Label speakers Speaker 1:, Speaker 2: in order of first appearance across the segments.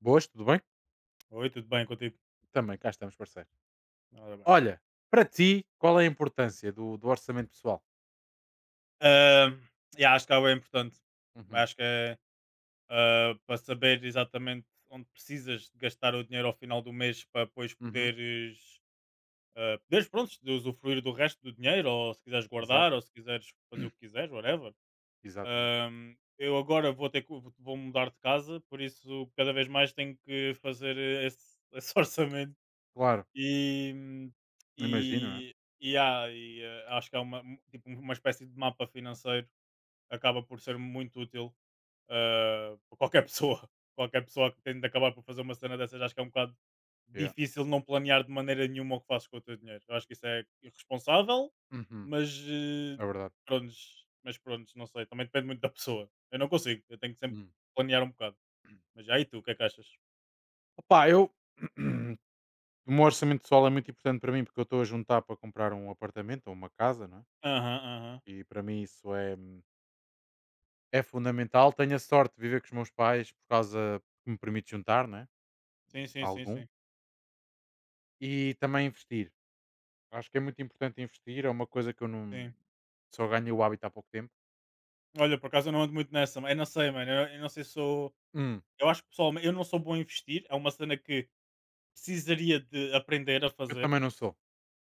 Speaker 1: Boas, tudo bem?
Speaker 2: Oi, tudo bem contigo?
Speaker 1: Também, cá estamos, parceiro.
Speaker 2: Ora bem.
Speaker 1: Olha, para ti, qual é a importância do orçamento pessoal?
Speaker 2: Ahm, yeah, acho que água é importante.
Speaker 1: Uhum,
Speaker 2: Acho que é para saber exatamente onde precisas de gastar o dinheiro ao final do mês para depois
Speaker 1: uhum.
Speaker 2: poderes pronto, de usufruir do resto do dinheiro, ou se quiseres
Speaker 1: Exato,
Speaker 2: guardar, ou se quiseres fazer o que quiseres, whatever.
Speaker 1: exato.
Speaker 2: Eu agora vou ter que vou mudar de casa, por isso cada vez mais tenho que fazer esse, esse orçamento.
Speaker 1: Claro,
Speaker 2: E,
Speaker 1: imagino, né?
Speaker 2: e, e, há, e, acho que é uma, um- tipo, um, uma espécie de mapa financeiro, acaba por ser muito útil para qualquer pessoa. Qualquer pessoa que tem de acabar por fazer uma cena dessas, acho que é um bocado
Speaker 1: Yeah.
Speaker 2: difícil não planear de maneira nenhuma o que fazes com o teu dinheiro. Eu acho que isso é irresponsável,
Speaker 1: Uhum.
Speaker 2: mas
Speaker 1: É verdade.
Speaker 2: pronto, não sei, também depende muito da pessoa. Eu não consigo, eu tenho que sempre
Speaker 1: Hum.
Speaker 2: planear um bocado. Mas aí tu, o que é que achas?
Speaker 1: Opa, eu. O meu orçamento pessoal é muito importante para mim porque eu estou a juntar para comprar um apartamento ou uma casa, não é?
Speaker 2: Aham, aham.
Speaker 1: E para mim isso é fundamental. Tenho a sorte de viver com os meus pais por causa que me permite juntar, né?
Speaker 2: Sim, sim, sim,
Speaker 1: Algum.
Speaker 2: sim.
Speaker 1: E também investir. Acho que é muito importante investir, é uma coisa que eu não
Speaker 2: Sim.
Speaker 1: só ganhei o hábito há pouco tempo.
Speaker 2: Olha, por acaso eu não ando muito nessa, mas eu não sei, mano. Eu não sei se sou
Speaker 1: Hum.
Speaker 2: eu acho que pessoalme eu não sou bom a investir, é uma cena que precisaria de aprender a
Speaker 1: Eu
Speaker 2: fazer.
Speaker 1: também não sou,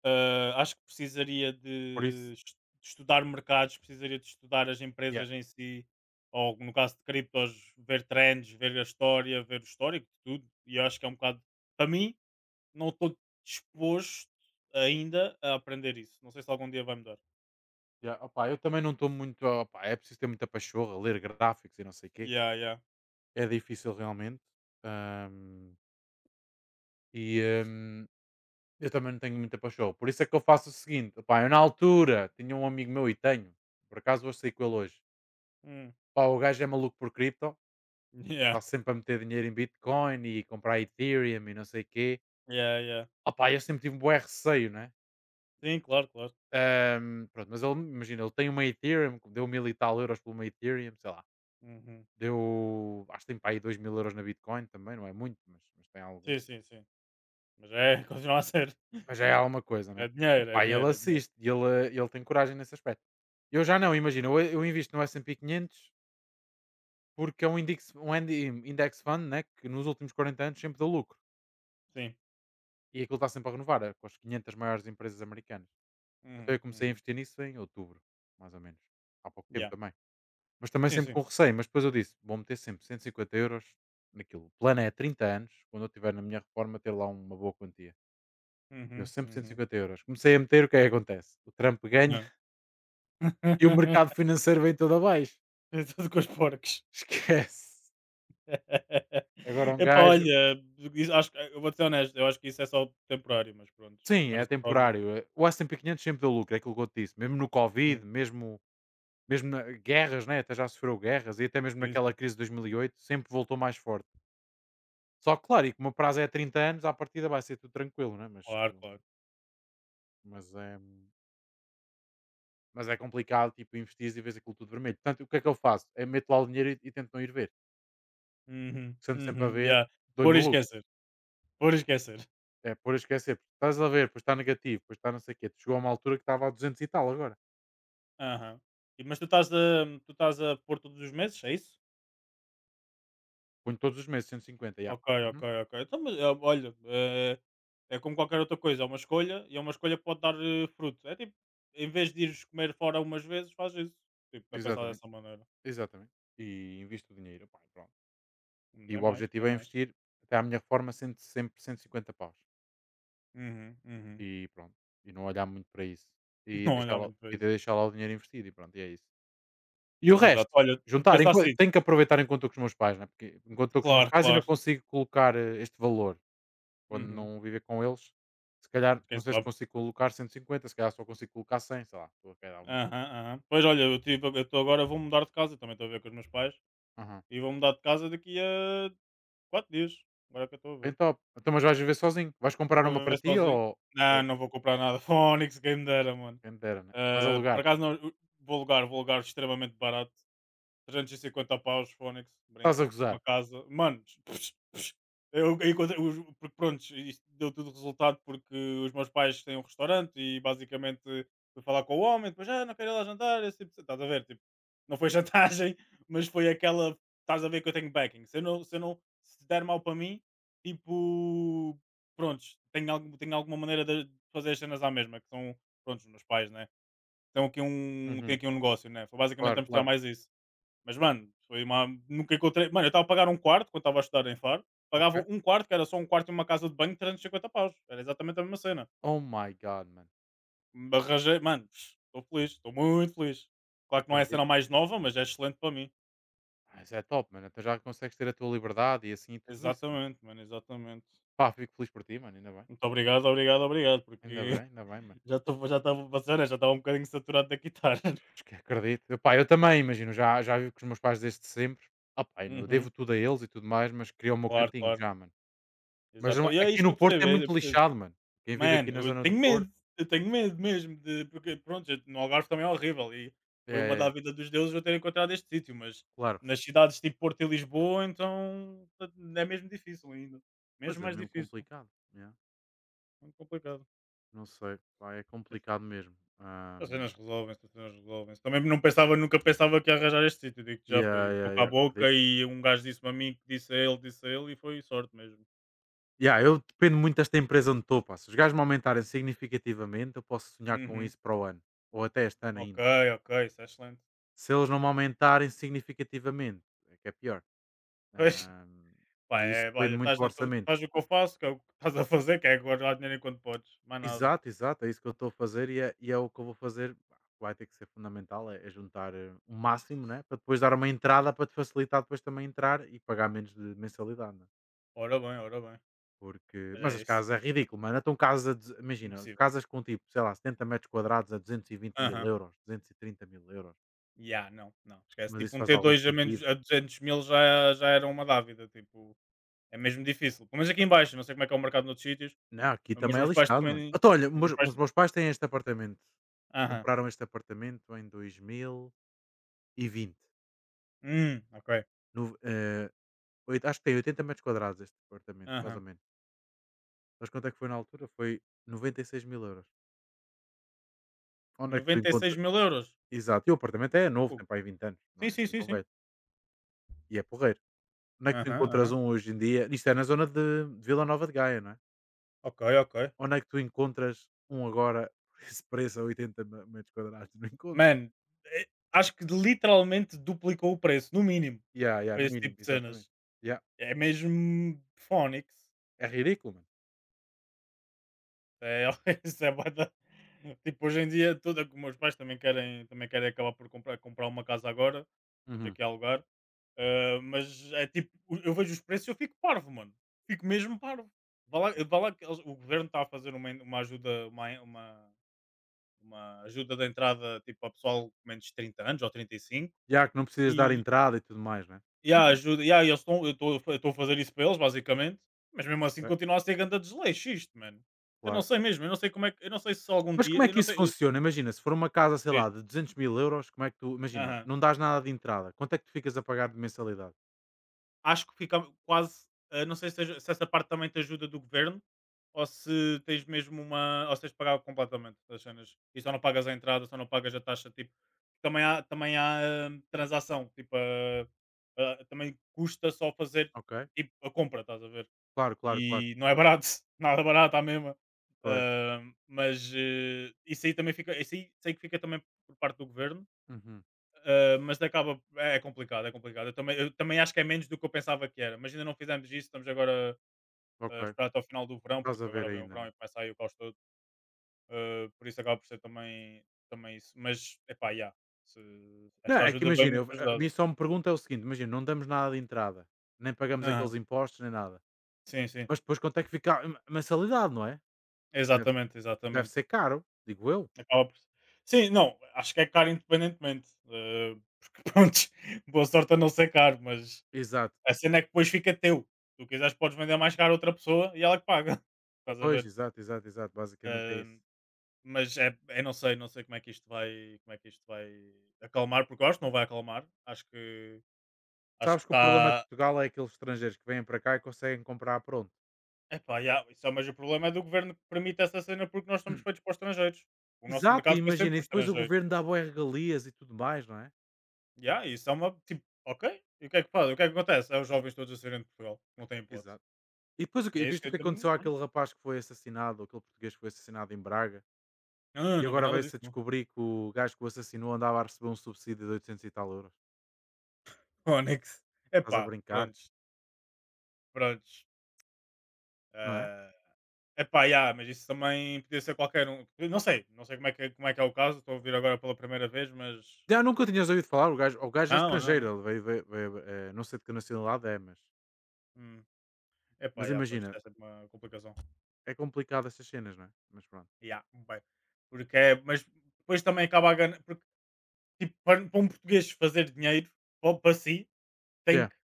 Speaker 2: Ah, acho que precisaria
Speaker 1: por
Speaker 2: de
Speaker 1: isso
Speaker 2: es de estudar mercados, precisaria de estudar as
Speaker 1: yeah,
Speaker 2: empresas em si, ou no caso de criptos, ver trends, ver a história, ver o histórico de tudo. E eu acho que é um bocado para mim, não estou disposto ainda a aprender isso. Não sei se algum dia vai mudar.
Speaker 1: yeah, opá, eu também não estou muito. Opá, é preciso ter muita pachorra, ler gráficos e não sei o quê,
Speaker 2: Yeah, yeah.
Speaker 1: é difícil realmente, hum, e, hum, eu também não tenho muita pachorra, por isso é que eu faço o seguinte. Opá, eu na altura tinha um amigo meu e tenho, por acaso hoje saí com ele hoje.
Speaker 2: Hum.
Speaker 1: Pá, o gajo é maluco por cripto,
Speaker 2: Yeah.
Speaker 1: está sempre a meter dinheiro em Bitcoin e comprar Ethereum e não sei o quê.
Speaker 2: Yeah, yeah.
Speaker 1: Opá, eu sempre tive um bom receio, né?
Speaker 2: Sim, claro, claro.
Speaker 1: Pronto, mas ele, imagina, ele tem uma Ethereum, deu mil e tal euros por uma Ethereum, sei lá.
Speaker 2: Uhum.
Speaker 1: Deu, acho que tem para aí 2 mil euros na Bitcoin também, não é muito, mas tem algum.
Speaker 2: Sim, sim, sim. Mas é, continua a ser.
Speaker 1: Mas já é alguma coisa,
Speaker 2: É
Speaker 1: né?
Speaker 2: dinheiro,
Speaker 1: Pá,
Speaker 2: é
Speaker 1: ok, ele
Speaker 2: dinheiro, é dinheiro.
Speaker 1: assiste e ele tem coragem nesse aspecto. Eu já não, imagina, eu invisto no S&P 500 porque é um index, index fund, né? Que nos últimos 40 anos sempre deu lucro.
Speaker 2: Sim.
Speaker 1: E aquilo está sempre a renovar, é com as 500 maiores empresas americanas. Então eu
Speaker 2: Uhum,
Speaker 1: comecei a
Speaker 2: uhum.
Speaker 1: investir nisso em outubro, mais ou menos. Há pouco tempo
Speaker 2: Yeah.
Speaker 1: também. Mas também
Speaker 2: Sim,
Speaker 1: sempre
Speaker 2: sim.
Speaker 1: com receio, mas depois eu disse: "Vou meter sempre 150 euros naquilo". O plano é 30 anos, quando eu tiver na minha reforma, ter lá uma boa quantia. Eu
Speaker 2: Uhum,
Speaker 1: sempre cento e
Speaker 2: uhum.
Speaker 1: cinquenta euros comecei a meter, o que é que acontece? O Trump ganha
Speaker 2: Yeah.
Speaker 1: e o mercado financeiro vem todo abaixo.
Speaker 2: É tudo com os porcos.
Speaker 1: Esquece. Agora um
Speaker 2: Epá,
Speaker 1: gajo
Speaker 2: olha, isso acho, que- eu vou ser honesto, eu acho que isso é só temporário, mas pronto,
Speaker 1: sim,
Speaker 2: também não
Speaker 1: é
Speaker 2: sou pró nenhum.
Speaker 1: temporário. O S&P quinhentos sempre deu lucro, é aquilo que eu te disse. Mesmo no covid,
Speaker 2: Hum,
Speaker 1: mesmo na guerras, né, até já sofreu guerras e até mesmo
Speaker 2: sim,
Speaker 1: naquela
Speaker 2: sim.
Speaker 1: crise de 2008 sempre voltou mais forte. Só que claro, e como o prazo é 30 anos, à partida vai ser tudo tranquilo, né, mas.
Speaker 2: Claro, claro.
Speaker 1: Mas é, mas é complicado, tipo, investir e vês aquilo tudo vermelho. Portanto, o que é que eu faço? É meto lá o dinheiro e tento não ir ver.
Speaker 2: Uhum,
Speaker 1: Sendo sempre a
Speaker 2: uhum,
Speaker 1: ver,
Speaker 2: yeah.
Speaker 1: dou
Speaker 2: Por
Speaker 1: maluco.
Speaker 2: esquecer, por esquecer.
Speaker 1: É por esquecer, porque estás a ver, depois está negativo, depois está não sei o quê. Tu Chegou a uma altura que estava a duzentos e tal agora.
Speaker 2: Aham. E- mas tu estás a pôr todos os meses, é isso?
Speaker 1: Ponho todos os meses 150 já.
Speaker 2: Ok,
Speaker 1: Uhum.
Speaker 2: ok, ok. Então, mas, olha, é, como qualquer outra coisa, é uma escolha e é uma escolha que pode dar fruto. É tipo, em vez de ires comer fora umas vezes, faz isso. Tipo, é pensar
Speaker 1: Exatamente,
Speaker 2: dessa maneira.
Speaker 1: exatamente. E invisto o dinheiro, pá, e pronto. E
Speaker 2: Nem
Speaker 1: o
Speaker 2: mais,
Speaker 1: objetivo
Speaker 2: nem
Speaker 1: é
Speaker 2: mais.
Speaker 1: investir, até à minha reforma, cento sempre 150 paus.
Speaker 2: Uhum, uhum.
Speaker 1: E pronto. E não olhar muito para isso.
Speaker 2: Não olhar muito para
Speaker 1: E
Speaker 2: isso.
Speaker 1: deixar lá o dinheiro investido e pronto, e é isso. E o
Speaker 2: Exato.
Speaker 1: resto,
Speaker 2: Olha,
Speaker 1: juntar
Speaker 2: pensar
Speaker 1: enqua
Speaker 2: assim,
Speaker 1: tenho que aproveitar enquanto estou com os meus pais, não é, porque enquanto estou com os meus
Speaker 2: claro,
Speaker 1: pais ainda
Speaker 2: claro.
Speaker 1: consigo colocar, este valor, quando
Speaker 2: Uhum.
Speaker 1: não viver com eles, se calhar
Speaker 2: Quem
Speaker 1: não sei se
Speaker 2: sabe?
Speaker 1: consigo colocar 150, se calhar só consigo colocar 100, sei lá, estou a calhar um exemplo.
Speaker 2: Aham, aham. Pois olha, eu tive, eu estou agora, vou mudar de casa, também estou a ver com os meus pais,
Speaker 1: Aham.
Speaker 2: e vou mudar de casa daqui a 4 dias. Agora é que eu estou a
Speaker 1: Bem
Speaker 2: ver.
Speaker 1: top. Então, mas vais viver sozinho? Vais comprar
Speaker 2: Vou
Speaker 1: uma para
Speaker 2: viver
Speaker 1: ti
Speaker 2: sozinho.
Speaker 1: ou?
Speaker 2: Não,
Speaker 1: ou
Speaker 2: não vou comprar nada. Phonics, game me mano.
Speaker 1: Quem me dera, né? Vais
Speaker 2: Ah, por
Speaker 1: alugar?
Speaker 2: acaso, não, vou alugar extremamente barato. 350 paus, Fónix,
Speaker 1: Estás a
Speaker 2: brinca.
Speaker 1: gozar?
Speaker 2: Uma casa. Mano, eu encontrei. Os, porque, pronto, isto deu tudo resultado porque os meus pais têm um restaurante e basicamente fui falar com o homem, depois, ah, não quero ir lá jantar. Esse tipo, de- estás a ver? Tipo, não foi chantagem, mas foi aquela. Estás a ver que eu tenho backing. Se eu não se, eu não, se der mal para mim, tipo. Prontos, tenho, algum, tenho alguma maneira de fazer as cenas à mesma, que são, prontos, os meus pais, né? Tem aqui um, tem
Speaker 1: Uhum.
Speaker 2: aqui um negócio, né? Foi basicamente a
Speaker 1: Claro,
Speaker 2: mostrar
Speaker 1: claro.
Speaker 2: mais isso. Mas, mano, foi uma. Nunca encontrei. Mano, eu estava a pagar um quarto quando estava a estudar em Faro.
Speaker 1: Ok.
Speaker 2: Pagavam um quarto, que era só um quarto e uma casa de banho, 350 paus. Era exatamente a mesma cena.
Speaker 1: Oh my god, mano.
Speaker 2: Me arranjei, mano, estou feliz, estou muito feliz. Claro que não é a
Speaker 1: Acredito.
Speaker 2: cena mais nova, mas é excelente para mim.
Speaker 1: Ah, isso é top, mano, então já consegues ter a tua liberdade e assim e tudo isso, mano.
Speaker 2: Exatamente, mano, exatamente.
Speaker 1: Pá, fico feliz por ti, mano, ainda bem.
Speaker 2: Muito obrigado, obrigado, obrigado,
Speaker 1: Ainda bem,
Speaker 2: porque
Speaker 1: ainda bem, mano.
Speaker 2: já estava já tava passando, já estava um bocadinho saturado da guitarra.
Speaker 1: Acho que Acredito. Epá, eu também, imagino, já vivo com os meus pais desde sempre. Opá, eu devo
Speaker 2: Uhum,
Speaker 1: tudo a eles e tudo mais, mas queria o meu
Speaker 2: claro,
Speaker 1: cantinho
Speaker 2: claro.
Speaker 1: já, mano. Mas
Speaker 2: Exato. E é
Speaker 1: aqui
Speaker 2: isso que
Speaker 1: no
Speaker 2: eu
Speaker 1: Porto é
Speaker 2: percebo, é, eu
Speaker 1: muito
Speaker 2: percebo.
Speaker 1: lixado, mano. Quem vive aqui na
Speaker 2: Mano,
Speaker 1: zona do Porto
Speaker 2: eu tenho medo mesmo de porque pronto, eu- no Algarve também é horrível e
Speaker 1: é,
Speaker 2: foi uma da
Speaker 1: é-
Speaker 2: vida dos deuses eu ter encontrado este sítio, mas
Speaker 1: claro.
Speaker 2: nas cidades tipo Porto e Lisboa, então é mesmo difícil ainda,
Speaker 1: Pois
Speaker 2: mesmo
Speaker 1: é,
Speaker 2: mais
Speaker 1: mesmo
Speaker 2: difícil,
Speaker 1: complicado. Yeah.
Speaker 2: muito complicado.
Speaker 1: Não sei, pá, é
Speaker 2: Mas
Speaker 1: complicado
Speaker 2: pronto,
Speaker 1: mesmo.
Speaker 2: as cenas resolvem-se, as cenas resolvem-se. Também não pensava, nunca pensava que ia arranjar este sítio, digo que já
Speaker 1: Yeah,
Speaker 2: foi
Speaker 1: yeah,
Speaker 2: boca a
Speaker 1: yeah, acredito.
Speaker 2: boca e um gajo disse-me a mim, que disse a ele e foi sorte mesmo.
Speaker 1: Yeah, eu dependo muito desta empresa onde estou, pá. Se os gajos me aumentarem significativamente, eu posso sonhar com
Speaker 2: Uhum.
Speaker 1: isso para o ano. Ou até este ano
Speaker 2: Ok,
Speaker 1: ainda.
Speaker 2: ok, isso é excelente.
Speaker 1: Se eles não me aumentarem significativamente, é que é pior. Ahm,
Speaker 2: Pá,
Speaker 1: e isso
Speaker 2: é,
Speaker 1: depende
Speaker 2: olha,
Speaker 1: muito
Speaker 2: estás
Speaker 1: do
Speaker 2: na tua,
Speaker 1: orçamento.
Speaker 2: faz o que eu faço, que é o que estás a fazer, que é guardar dinheiro enquanto podes, mais nada.
Speaker 1: Exato, exato, é isso que eu estou a fazer e é o que eu vou fazer. Pá, vai ter que ser fundamental, é juntar o máximo, né? Para depois dar uma entrada para te facilitar depois também entrar e pagar menos de mensalidade, né?
Speaker 2: Ora bem, ora bem.
Speaker 1: Porque,
Speaker 2: Mas
Speaker 1: mas
Speaker 2: é
Speaker 1: as
Speaker 2: isso.
Speaker 1: casas é ridículo, mano. Então, casas, imagina,
Speaker 2: Impossível.
Speaker 1: casas com tipo, sei lá, 70 metros quadrados a duzentos e vinte mil
Speaker 2: Aham.
Speaker 1: euros, 230 mil euros,
Speaker 2: Ya, não, não. Esquece.
Speaker 1: mas isso
Speaker 2: Tipo, um
Speaker 1: faz algum
Speaker 2: T2 a menos
Speaker 1: sentido.
Speaker 2: a 200 mil já, já era uma dávida. Tipo, é mesmo difícil. Pelo menos aqui em baixo, não sei como é que é o mercado noutros sítios,
Speaker 1: Não, aqui
Speaker 2: mas os
Speaker 1: também é
Speaker 2: meus pais
Speaker 1: lixado, mano.
Speaker 2: também.
Speaker 1: Então, olha,
Speaker 2: Os meus
Speaker 1: os
Speaker 2: pais.
Speaker 1: meus pais têm este apartamento.
Speaker 2: Aham.
Speaker 1: Compraram este apartamento em 2020.
Speaker 2: Ok.
Speaker 1: No, oit Acho que tem 80 metros quadrados este apartamento, mais
Speaker 2: Aham.
Speaker 1: ou menos. Mas quanto é que foi na altura? Foi 96 mil euros. Onde é que tu
Speaker 2: 96
Speaker 1: encontra
Speaker 2: mil euros.
Speaker 1: Exato, e o apartamento é novo,
Speaker 2: Fogo.
Speaker 1: tem para aí 20 anos, não
Speaker 2: Sim,
Speaker 1: é
Speaker 2: sim,
Speaker 1: assim
Speaker 2: sim,
Speaker 1: tão
Speaker 2: sim.
Speaker 1: velho. E é porreiro. Onde é que tu
Speaker 2: Aham,
Speaker 1: encontras
Speaker 2: aham.
Speaker 1: um hoje em dia, isto é na zona de Vila Nova de Gaia, não é?
Speaker 2: Ok, ok.
Speaker 1: Onde é que tu encontras um agora por esse preço a 80 me metros quadrados? Não encontro.
Speaker 2: Mano, eh, acho que literalmente duplicou o preço, no mínimo,
Speaker 1: Yeah, yeah,
Speaker 2: para
Speaker 1: no
Speaker 2: esse
Speaker 1: mínimo,
Speaker 2: tipo de
Speaker 1: exatamente.
Speaker 2: cenas.
Speaker 1: Yeah,
Speaker 2: É mesmo phonics.
Speaker 1: é ridículo, mano.
Speaker 2: É, isso é bué da tipo, hoje em dia, tudo é meus pais também querem acabar por comprar, comprar uma casa agora. Estamos
Speaker 1: Uhum.
Speaker 2: aqui a alugar. Ah, mas é tipo, o- eu vejo os preços e eu fico parvo, mano. Fico mesmo parvo. Vá lá,
Speaker 1: Yeah.
Speaker 2: vá lá que eles- o governo está a fazer uma, en- uma ajuda, uma, en- uma, uma ajuda de entrada tipo, a pessoal com menos de 30 anos ou 35.
Speaker 1: Yeah, que não precisas dar entrada e tudo mais, não é?
Speaker 2: Yeah, ajuda, yeah, eles estão, eu estou a fazer isso para eles, basicamente, mas mesmo
Speaker 1: Ok,
Speaker 2: assim continua a ser ganda desleixo isto, mano. Eu não
Speaker 1: claro.
Speaker 2: sei mesmo, eu não sei como é que, eu não sei se algum
Speaker 1: Mas
Speaker 2: dia,
Speaker 1: como é
Speaker 2: eu
Speaker 1: que
Speaker 2: não
Speaker 1: isso
Speaker 2: sei, eu-
Speaker 1: funciona? Imagina, se for uma casa, sei
Speaker 2: diz,
Speaker 1: lá, de 200 mil euros, como é que tu imagina,
Speaker 2: aham.
Speaker 1: não dás nada de entrada, quanto é que tu ficas a pagar de mensalidade?
Speaker 2: Acho que fica quase, não sei se, seja- se essa parte também te ajuda do governo ou se tens mesmo uma, ou se tens de pagar completamente as cenas e só não pagas a entrada, só não pagas a taxa, tipo, também há transação, tipo, ah, ah, também custa só fazer
Speaker 1: Ok.
Speaker 2: tipo, a compra, estás a ver?
Speaker 1: Claro, claro, claro.
Speaker 2: E não é barato, nada barato à mesma.
Speaker 1: Pois.
Speaker 2: Ah, mas isso aí também fica, isso aí sei que fica também por parte do governo,
Speaker 1: Uhum.
Speaker 2: ah, mas acaba, é é complicado, é complicado. Eu também acho que é menos do que eu pensava que era, mas ainda não fizemos isso, estamos agora
Speaker 1: Ok.
Speaker 2: a esperar até ao final do verão,
Speaker 1: Estás a
Speaker 2: porque
Speaker 1: ver
Speaker 2: agora vem o
Speaker 1: ainda, né.
Speaker 2: verão e começa aí o caos todo. Ah, por isso acaba por ser também, também isso. Mas, epá, yeah, se-
Speaker 1: Não,
Speaker 2: esta
Speaker 1: é que
Speaker 2: ajuda vem
Speaker 1: imagina,
Speaker 2: muito
Speaker 1: eu a
Speaker 2: ajudada.
Speaker 1: minha só me pergunta é o seguinte, imagina, não damos nada de entrada, nem pagamos
Speaker 2: Aham,
Speaker 1: aqueles impostos nem nada,
Speaker 2: sim, sim,
Speaker 1: mas depois quanto é que fica a mensalidade, não é? Deve
Speaker 2: exatamente,
Speaker 1: Deve
Speaker 2: exatamente.
Speaker 1: ser caro, digo eu.
Speaker 2: Acaba por sim, não, acho que é caro independentemente, porque pronto boa sorte a não ser caro, mas
Speaker 1: Exato.
Speaker 2: a cena é que depois fica teu. Tu quiseres podes vender mais caro a outra pessoa e ela que paga. Estás a
Speaker 1: Pois,
Speaker 2: ver?
Speaker 1: exato, exato, exato, basicamente é isso.
Speaker 2: Hum, mas é é não sei, não sei como é que isto vai como é que isto vai acalmar, porque eu acho que não vai acalmar. Acho que
Speaker 1: Sabes que o problema de
Speaker 2: está
Speaker 1: Portugal é aqueles estrangeiros que vêm para cá e conseguem comprar, pronto.
Speaker 2: epá, yeah, isso é o mesmo problema é do governo que permite essa cena porque nós estamos feitos para os estrangeiros. O nosso
Speaker 1: Exato, e
Speaker 2: mercado foi sempre
Speaker 1: imagina, e
Speaker 2: para os
Speaker 1: depois o
Speaker 2: estrangeiros.
Speaker 1: governo dá boas regalias e tudo mais, não é?
Speaker 2: Yeah, isso é uma. Tipo, ok. E o que é que faz? O que é que acontece? É os jovens todos a saírem de Portugal. Não tem hipótese.
Speaker 1: Exato. E depois o
Speaker 2: E
Speaker 1: quê? E
Speaker 2: é isso
Speaker 1: viste
Speaker 2: que
Speaker 1: o
Speaker 2: eu
Speaker 1: que
Speaker 2: também.
Speaker 1: aconteceu
Speaker 2: Pronto.
Speaker 1: àquele rapaz que foi assassinado, aquele português que foi assassinado em Braga,
Speaker 2: Não, não,
Speaker 1: e
Speaker 2: não vi
Speaker 1: agora
Speaker 2: nada disso,
Speaker 1: veio-se a
Speaker 2: não.
Speaker 1: descobrir que o gajo que o assassinou andava a receber um subsídio de 800 e tal euros.
Speaker 2: Onyx.
Speaker 1: Estás a
Speaker 2: Epá,
Speaker 1: brincar,
Speaker 2: prontos. Prontos.
Speaker 1: não é?
Speaker 2: Eh, epá, yeah, mas isso também podia ser qualquer um. Não sei. Não sei como é que, é- como é, que é o caso. Estou a ouvir agora pela primeira vez, mas.
Speaker 1: Já nunca tinhas ouvido falar, o gajo é
Speaker 2: Não, não,
Speaker 1: estrangeiro,
Speaker 2: não.
Speaker 1: ele veio, não sei de que nacionalidade é, mas,
Speaker 2: Hum. Epá, yeah, pois.
Speaker 1: imagina,
Speaker 2: Essa é uma complicação.
Speaker 1: é complicado essas cenas, não é? Mas pronto.
Speaker 2: Yeah, bem. Porque é. Mas depois também acaba a ganhar. Porque, tipo, para, para um português fazer dinheiro, para, para si, tem
Speaker 1: Yeah,
Speaker 2: que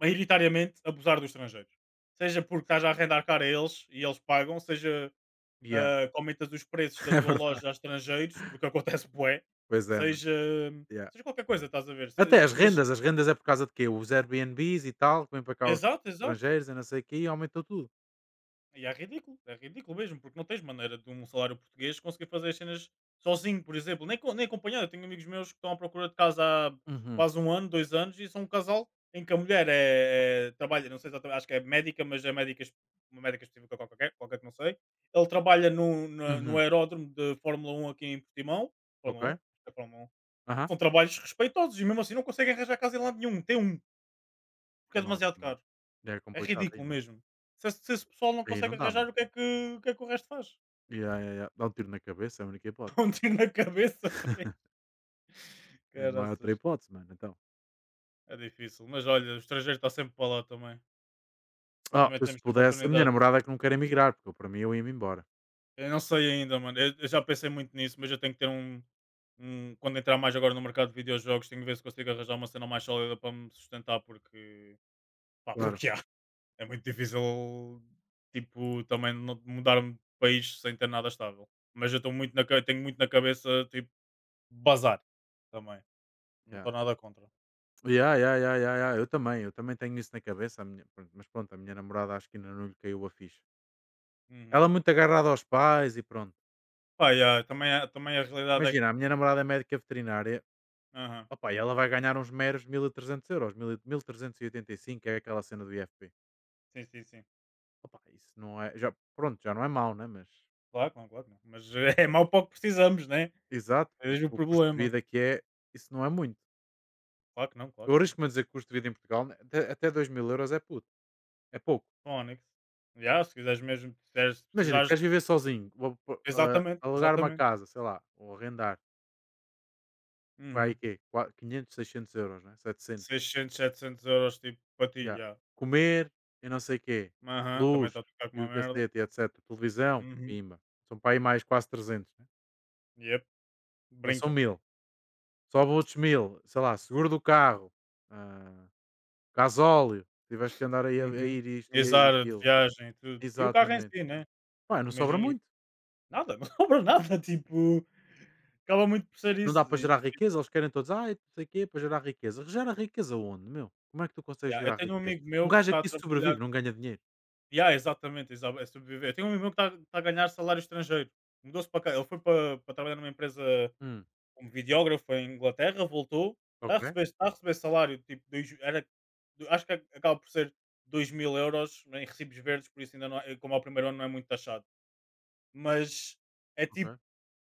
Speaker 2: maioritariamente abusar dos estrangeiros. Seja porque estás a arrendar cara a eles e eles pagam, seja
Speaker 1: yeah,
Speaker 2: ah, que aumentas os preços da
Speaker 1: é
Speaker 2: tua
Speaker 1: verdade,
Speaker 2: loja a estrangeiros, porque acontece bué,
Speaker 1: pois é, mano.
Speaker 2: seja,
Speaker 1: Yeah.
Speaker 2: seja qualquer coisa, estás a ver?
Speaker 1: Até
Speaker 2: Se- mas,
Speaker 1: as rendas é por causa de quê? Os Airbnbs e tal, que vêm para cá os
Speaker 2: exato, exato.
Speaker 1: estrangeiros e não sei o quê, e aumentou tudo.
Speaker 2: E é ridículo mesmo, porque não tens maneira de um salário português conseguir fazer as cenas sozinho, por exemplo, nem, co- nem acompanhado. Eu tenho amigos meus que estão à procura de casa há
Speaker 1: Uhum,
Speaker 2: quase um ano, dois anos, e são um casal em que a mulher é, é- trabalha, não sei exatamente, acho que é médica, mas é médica, es- uma médica específica qualquer, qualquer que não sei. Ele trabalha no, na- no
Speaker 1: uhum.
Speaker 2: aeródromo de Fórmula 1 aqui em Portimão.
Speaker 1: Ok?
Speaker 2: Fórmula 1, é Fórmula 1.
Speaker 1: Aham.
Speaker 2: São trabalhos respeitosos e mesmo assim não conseguem arranjar casa em lado nenhum. Tem um, porque é
Speaker 1: Nossa,
Speaker 2: demasiado
Speaker 1: mano.
Speaker 2: caro.
Speaker 1: Já é
Speaker 2: É
Speaker 1: complicado aí,
Speaker 2: ridículo
Speaker 1: mano.
Speaker 2: mesmo. Se esse, se esse pessoal não
Speaker 1: Aí não
Speaker 2: consegue
Speaker 1: dá,
Speaker 2: arranjar,
Speaker 1: mano.
Speaker 2: o que é que o, que é que o resto faz?
Speaker 1: Ya, ya, ya. Dá um tiro na cabeça, é a única hipótese.
Speaker 2: Dá um tiro na cabeça, pai.
Speaker 1: É, não há outra
Speaker 2: Caraças.
Speaker 1: hipótese, mano. Então,
Speaker 2: É difícil. Mas olha, o estrangeiro está sempre para lá também.
Speaker 1: ah,
Speaker 2: Também
Speaker 1: eu se
Speaker 2: temos sempre
Speaker 1: pudesse, a minha
Speaker 2: oportunidade.
Speaker 1: namorada é que não quer emigrar, porque para mim eu ia-me embora.
Speaker 2: Eu não sei ainda, mano. Eu já pensei muito nisso, mas eu tenho que ter um, um- quando entrar mais agora no mercado de videojogos, tenho que ver se consigo arranjar uma cena mais sólida para me sustentar, porque. Pá,
Speaker 1: Claro.
Speaker 2: porque há. É muito difícil, tipo, também não- mudar-me de país sem ter nada estável mas eu estou muito na, ca- tenho muito na cabeça, tipo, bazar também, não
Speaker 1: Ya.
Speaker 2: estou nada contra.
Speaker 1: Ya, ya, ya, ya, ya. Eu também, tenho isso na cabeça. Pronto, mas pronto, a minha namorada acho que ainda não lhe caiu a ficha. Ela
Speaker 2: Uhum.
Speaker 1: é muito agarrada aos pais e pronto.
Speaker 2: Pá, yeah, também a também a realidade é que
Speaker 1: Imagina, a minha namorada é médica veterinária.
Speaker 2: aham,
Speaker 1: Opa, e ela vai ganhar uns meros 1300 euros, 1385 é aquela cena do IFP.
Speaker 2: sim, sim, sim.
Speaker 1: Opa, isso não é. Já, pronto, já não é mau, né? Mas.
Speaker 2: Claro que não, mas é mau para o que precisamos, né,
Speaker 1: Exato,
Speaker 2: é
Speaker 1: porque
Speaker 2: mesmo o
Speaker 1: o custo de
Speaker 2: problema.
Speaker 1: vida que é, isso não é muito.
Speaker 2: Claro que não, claro
Speaker 1: Eu
Speaker 2: que não.
Speaker 1: arrisco-me a dizer que o custo de vida em Portugal, né, até 2 mil euros é puto, é pouco.
Speaker 2: Phonics. Já se quiseres mesmo, se quiseres se
Speaker 1: Imagina,
Speaker 2: precisares
Speaker 1: queres viver sozinho, ou, pô,
Speaker 2: exatamente,
Speaker 1: alugar uma
Speaker 2: exatamente.
Speaker 1: casa, sei lá, ou arrendar, vai aí
Speaker 2: Uhum.
Speaker 1: quê? 500, 600 euros, né? 700.
Speaker 2: 600, 700 € tipo para ti,
Speaker 1: Ya.
Speaker 2: já.
Speaker 1: Comer e não sei quê,
Speaker 2: Aham, também
Speaker 1: luz
Speaker 2: está a ficar com
Speaker 1: e
Speaker 2: uma
Speaker 1: o
Speaker 2: merda.
Speaker 1: cacete e etcétera, televisão,
Speaker 2: Uhum.
Speaker 1: pimba. São para aí mais quase 300, né,
Speaker 2: Yep,
Speaker 1: já são
Speaker 2: brinca.
Speaker 1: mil. Sobe outros mil, sei lá, seguro do carro, hã, gasóleo, se tiveres que andar aí a
Speaker 2: Uhum.
Speaker 1: ir isto e
Speaker 2: Exato, de
Speaker 1: aquilo.
Speaker 2: viagem e tudo. E o carro em
Speaker 1: Exatamente.
Speaker 2: si, né,
Speaker 1: Pá, não sobra
Speaker 2: imagina
Speaker 1: muito.
Speaker 2: nada, não sobra nada, tipo, acaba muito por ser
Speaker 1: Não dá
Speaker 2: isso
Speaker 1: para
Speaker 2: e
Speaker 1: gerar riqueza, eles querem todos: "Ai, não sei o quê, para gerar riqueza". Gera riqueza onde, meu? Como é que tu consegues
Speaker 2: yeah, eu
Speaker 1: gerar
Speaker 2: tenho um
Speaker 1: riqueza?
Speaker 2: amigo
Speaker 1: Um
Speaker 2: meu que
Speaker 1: gajo
Speaker 2: está a
Speaker 1: aqui sobrevive,
Speaker 2: trabalhar
Speaker 1: não ganha dinheiro.
Speaker 2: yeah, exatamente, exa é sobreviver. Eu tenho um amigo meu que está a ganhar salário estrangeiro, mudou-se para cá, ele foi para para trabalhar numa empresa
Speaker 1: Hum,
Speaker 2: como videógrafo em Inglaterra, voltou,
Speaker 1: ok,
Speaker 2: está a receber salário, tipo, dois era do- acho que acaba por ser 2000 euros em recibos verdes, por isso ainda não é como ao primeiro ano não é muito taxado, mas é tipo
Speaker 1: ok,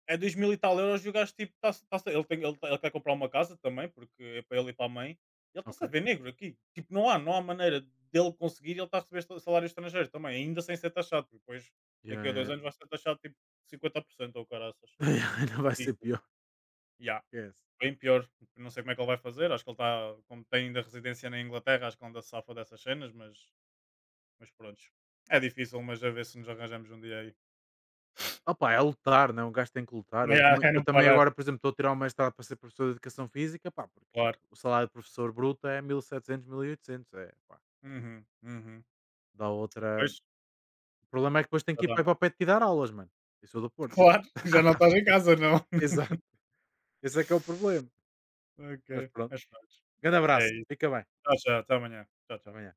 Speaker 2: é 2000 e tal euros e o gajo tipo, tá tá ele tem ele tá, ele quer comprar uma casa também, porque é para ele e para a mãe, ele está-se a
Speaker 1: ok.
Speaker 2: ver negro aqui. Tipo, não há não há maneira dele conseguir e ele está a receber sa salário estrangeiro também, ainda sem ser taxado, porque depois
Speaker 1: Ya,
Speaker 2: daqui a
Speaker 1: ya,
Speaker 2: 2
Speaker 1: ya.
Speaker 2: anos vai ser taxado tipo 50% ou o caraças.
Speaker 1: Não vai ser
Speaker 2: Ridículo.
Speaker 1: pior,
Speaker 2: Yeah,
Speaker 1: esquece.
Speaker 2: bem pior. Não sei como é que ele vai fazer, acho que ele está como tem ainda residência na Inglaterra, acho que ele ainda se safa dessas cenas, mas prontos. É difícil, mas a ver se nos arranjamos um dia aí.
Speaker 1: Opa, é lutar, né, um gajo tem que lutar.
Speaker 2: Yeah, é
Speaker 1: Eu
Speaker 2: não
Speaker 1: também
Speaker 2: parar,
Speaker 1: agora, por exemplo, estou a tirar o mestrado para ser professor de educação física, pá, porque
Speaker 2: claro.
Speaker 1: o salário de professor bruto é 1700, oitocentos é pá,
Speaker 2: Uhum, uhum.
Speaker 1: dá outra.
Speaker 2: Pois,
Speaker 1: O problema é que depois tem
Speaker 2: já
Speaker 1: que ir para aí para o
Speaker 2: dá.
Speaker 1: pé de ti dar aulas, mano. Eu sou do Porto.
Speaker 2: Claro, já não estás em casa, não.
Speaker 1: Exato, esse é que é o problema,
Speaker 2: Ok,
Speaker 1: mas pronto.
Speaker 2: mas pronto.
Speaker 1: Grande
Speaker 2: É
Speaker 1: abraço,
Speaker 2: isso.
Speaker 1: fica bem.
Speaker 2: Tchau, tchau. Até amanhã. Tchau, tchau.
Speaker 1: Amanhã.